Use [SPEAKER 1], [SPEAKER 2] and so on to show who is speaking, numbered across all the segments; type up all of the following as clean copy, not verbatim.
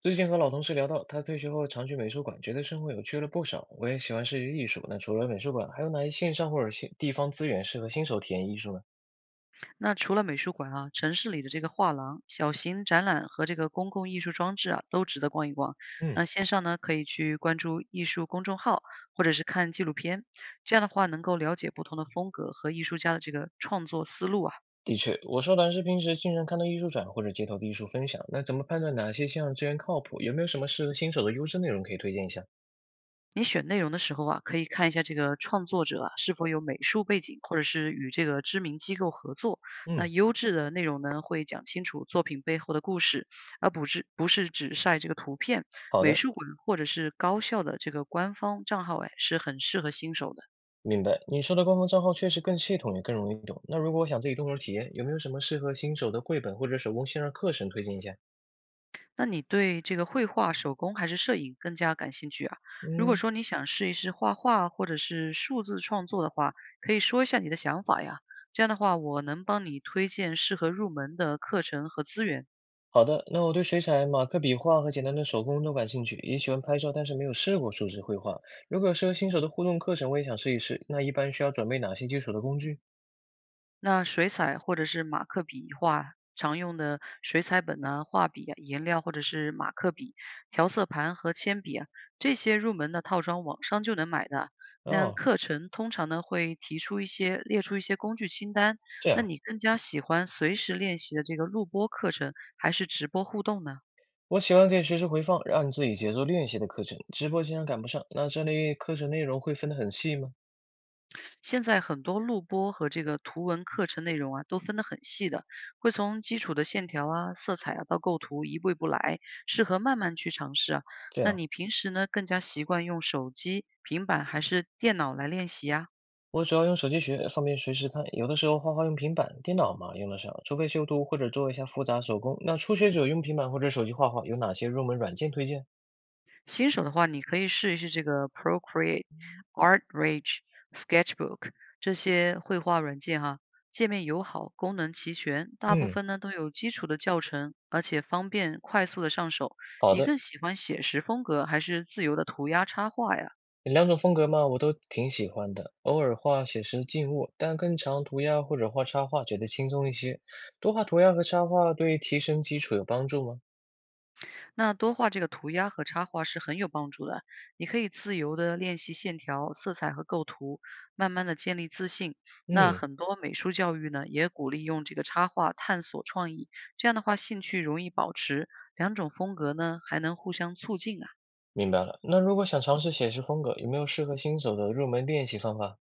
[SPEAKER 1] 最近和老同事聊到，他退休后常去美术馆，觉得生活有趣了不少。我也喜欢视觉艺术。那除了美术馆，还有哪些线上或者线地方资源适合新手体验艺术呢？
[SPEAKER 2] 那除了美术馆啊，城市里的这个画廊、小型展览和这个公共艺术装置啊，都值得逛一逛。
[SPEAKER 1] 嗯，
[SPEAKER 2] 那线上呢，可以去关注艺术公众号，或者是看纪录片，这样的话能够了解不同的风格和艺术家的这个创作思路啊。
[SPEAKER 1] 的确，我说短视平时经常看到艺术展或者街头的艺术分享。那怎么判断哪些线上资源靠谱？有没有什么适合新手的优质内容可以推荐一下？
[SPEAKER 2] 你选内容的时候啊，可以看一下这个创作者啊是否有美术背景，或者是与这个知名机构合作。那
[SPEAKER 1] 嗯，
[SPEAKER 2] 优质的内容呢，会讲清楚作品背后的故事，而不是只晒这个图片。
[SPEAKER 1] 好
[SPEAKER 2] 美
[SPEAKER 1] 的，
[SPEAKER 2] 术馆或者是高校的这个官方账号，哎，是很适合新手的。
[SPEAKER 1] 明白。你说的官方账号确实更系统，也更容易懂。那如果我想自己动手体验，有没有什么适合新手的绘本或者手工线上课程推荐一下？
[SPEAKER 2] 那你对这个绘画、手工还是摄影更加感兴趣啊？如果
[SPEAKER 1] 嗯。
[SPEAKER 2] 说你想试一试画画或者是数字创作的话，可以说一下你的想法呀。这样的话，我能帮你推荐适合入门的课程和资源。
[SPEAKER 1] 好的，那我对水彩、马克笔画和简单的手工都感兴趣，也喜欢拍照，但是没有试过数字绘画。如果有适合新手的互动课程，我也想试一试。那一般需要准备哪些基础的工具？
[SPEAKER 2] 那水彩或者是马克笔画，常用的水彩本呢、画笔啊、颜料或者是马克笔、调色盘和铅笔啊，这些入门的套装网上就能买的。那
[SPEAKER 1] 哦，
[SPEAKER 2] 课程通常呢会提出一些列出一些工具清单，
[SPEAKER 1] 这
[SPEAKER 2] 那
[SPEAKER 1] 样，
[SPEAKER 2] 你更加喜欢随时练习的这个录播课程，还是直播互动呢？
[SPEAKER 1] 我喜欢可以随时回放，让自己节奏练习的课程。直播经常赶不上，那这类课程内容会分得很细吗？
[SPEAKER 2] 现在很多录播和这个图文课程内容啊，都分得很细的，会从基础的线条啊、色彩啊到构图，一步一步来，适合慢慢去尝试啊。
[SPEAKER 1] 这
[SPEAKER 2] 那
[SPEAKER 1] 样，
[SPEAKER 2] 你平时呢，更加习惯用手机、平板还是电脑来练习啊？
[SPEAKER 1] 我主要用手机学，方便随时看。有的时候画画用平板、电脑嘛用得上，除非修图或者做一下复杂手工。那初学者用平板或者手机画画，有哪些入门软件推荐？
[SPEAKER 2] 新手的话，你可以试一试这个 Procreate、ArtRage、Sketchbook 这些绘画软件哈，界面友好，功能齐全，大部
[SPEAKER 1] 嗯，
[SPEAKER 2] 分呢都有基础的教程，而且方便快速的上手。
[SPEAKER 1] 好
[SPEAKER 2] 你
[SPEAKER 1] 的。
[SPEAKER 2] 更喜欢写实风格还是自由的涂鸦插画呀？
[SPEAKER 1] 两种风格嘛，我都挺喜欢的，偶尔画写实静物，但更常涂鸦或者画插画，觉得轻松一些。多画涂鸦和插画对提升基础有帮助吗？
[SPEAKER 2] 那多画这个涂鸦和插画是很有帮助的。你可以自由的练习线条、色彩和构图，慢慢的建立自信。那
[SPEAKER 1] 嗯，
[SPEAKER 2] 很多美术教育呢，也鼓励用这个插画探索创意，这样的话兴趣容易保持，两种风格呢还能互相促进啊。
[SPEAKER 1] 明白了。那如果想尝试写实风格，有没有适合新手的入门练习方法？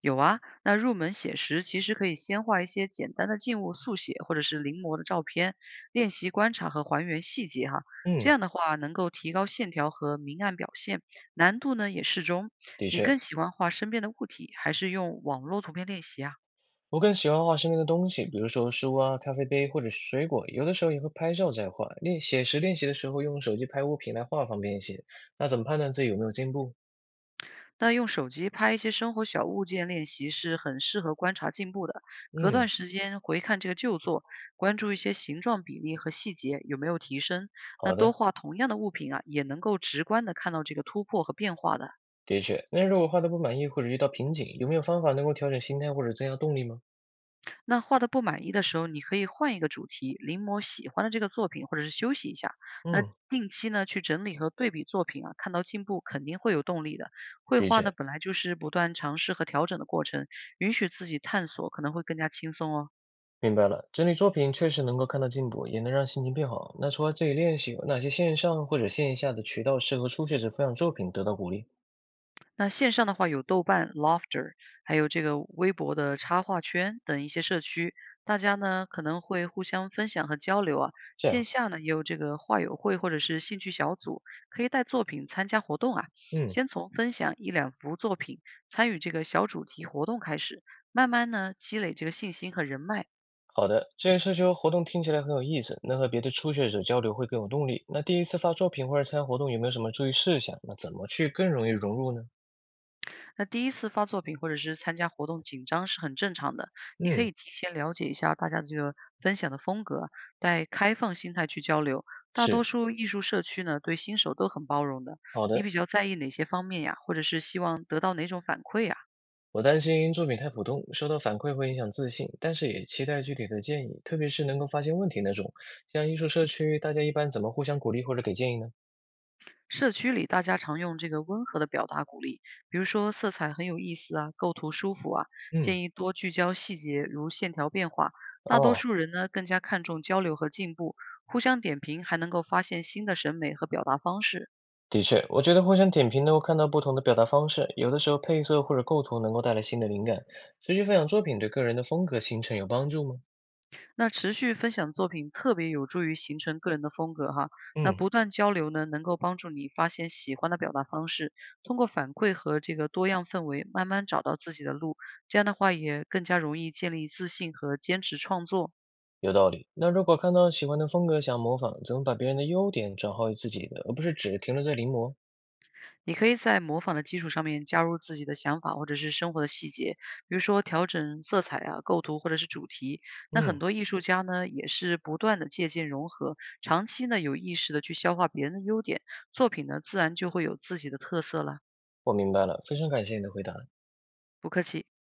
[SPEAKER 2] 有啊，那入门写实其实可以先画一些简单的静物速写，或者是临摹的照片，练习观察和还原细节哈。这
[SPEAKER 1] 嗯，
[SPEAKER 2] 样的话能够提高线条和明暗表现，难度呢也适中。
[SPEAKER 1] 的
[SPEAKER 2] 你
[SPEAKER 1] 确，
[SPEAKER 2] 更喜欢画身边的物体，还是用网络图片练习啊？
[SPEAKER 1] 我更喜欢画身边的东西，比如说书啊、咖啡杯或者是水果，有的时候也会拍照再画。练写实练习的时候，用手机拍物品来画方便一些。那怎么判断自己有没有进步？
[SPEAKER 2] 那用手机拍一些生活小物件练习是很适合观察进步的。隔段
[SPEAKER 1] 嗯，
[SPEAKER 2] 时间回看这个旧作，关注一些形状比例和细节有没有提升。那
[SPEAKER 1] 好
[SPEAKER 2] 多
[SPEAKER 1] 的。
[SPEAKER 2] 画同样的物品啊，也能够直观的看到这个突破和变化的。
[SPEAKER 1] 的确，那如果画的不满意或者遇到瓶颈，有没有方法能够调整心态或者增加动力吗？
[SPEAKER 2] 那画的不满意的时候，你可以换一个主题，临摹喜欢的这个作品，或者是休息一下。那
[SPEAKER 1] 嗯，
[SPEAKER 2] 定期呢去整理和对比作品啊，看到进步肯定会有动力的。绘
[SPEAKER 1] 的
[SPEAKER 2] 画呢
[SPEAKER 1] 确，
[SPEAKER 2] 本来就是不断尝试和调整的过程，允许自己探索可能会更加轻松哦。
[SPEAKER 1] 明白了。整理作品确实能够看到进步，也能让心情变好。那除了自己练习，有哪些线上或者线下的渠道适合初学者分享作品得到鼓励？
[SPEAKER 2] 那线上的话有豆瓣、Lofter，还有这个微博的插画圈等一些社区，大家呢可能会互相分享和交流啊。
[SPEAKER 1] 这
[SPEAKER 2] 线
[SPEAKER 1] 样，
[SPEAKER 2] 下呢也有这个画友会或者是兴趣小组，可以带作品参加活动啊。
[SPEAKER 1] 嗯，
[SPEAKER 2] 先从分享一两幅作品，参与这个小主题活动开始，慢慢呢积累这个信心和人脉。
[SPEAKER 1] 好的。这些社交活动听起来很有意思，能和别的初学者交流会更有动力。那第一次发作品或者参加活动有没有什么注意事项？那怎么去更容易融入呢？
[SPEAKER 2] 那第一次发作品或者是参加活动紧张是很正常的，你可以
[SPEAKER 1] 嗯，
[SPEAKER 2] 提前了解一下大家的这个分享的风格，带开放心态去交流。大多
[SPEAKER 1] 是。
[SPEAKER 2] 数艺术社区呢，对新手都很包容的。
[SPEAKER 1] 好
[SPEAKER 2] 你
[SPEAKER 1] 的，
[SPEAKER 2] 比较在意哪些方面呀？或者是希望得到哪种反馈呀？
[SPEAKER 1] 我担心作品太普通，收到反馈会影响自信，但是也期待具体的建议，特别是能够发现问题那种。像艺术社区，大家一般怎么互相鼓励或者给建议呢？
[SPEAKER 2] 社区里大家常用这个温和的表达鼓励，比如说色彩很有意思啊，构图舒服啊，建
[SPEAKER 1] 嗯，
[SPEAKER 2] 议多聚焦细节，如线条变化。大多
[SPEAKER 1] 哦，
[SPEAKER 2] 数人呢更加看重交流和进步，互相点评还能够发现新的审美和表达方式。
[SPEAKER 1] 的确，我觉得互相点评能够看到不同的表达方式，有的时候配色或者构图能够带来新的灵感。持续分享作品对个人的风格形成有帮助吗？
[SPEAKER 2] 那持续分享作品特别有助于形成个人的风格哈。那
[SPEAKER 1] 嗯，
[SPEAKER 2] 不断交流呢，能够帮助你发现喜欢的表达方式，通过反馈和这个多样氛围，慢慢找到自己的路。这样的话也更加容易建立自信和坚持创作。
[SPEAKER 1] 有道理。那如果看到喜欢的风格想模仿，怎么把别人的优点转化为自己的，而不是只停留在临摹？
[SPEAKER 2] 你可以在模仿的基础上面加入自己的想法或者是生活的细节，比如说调整色彩啊、构图或者是主题。那很
[SPEAKER 1] 嗯，
[SPEAKER 2] 多艺术家呢，也是不断的借鉴融合，长期呢有意识的去消化别人的优点，作品呢自然就会有自己的特色了。
[SPEAKER 1] 我明白了，非常感谢你的回答。
[SPEAKER 2] 不客气。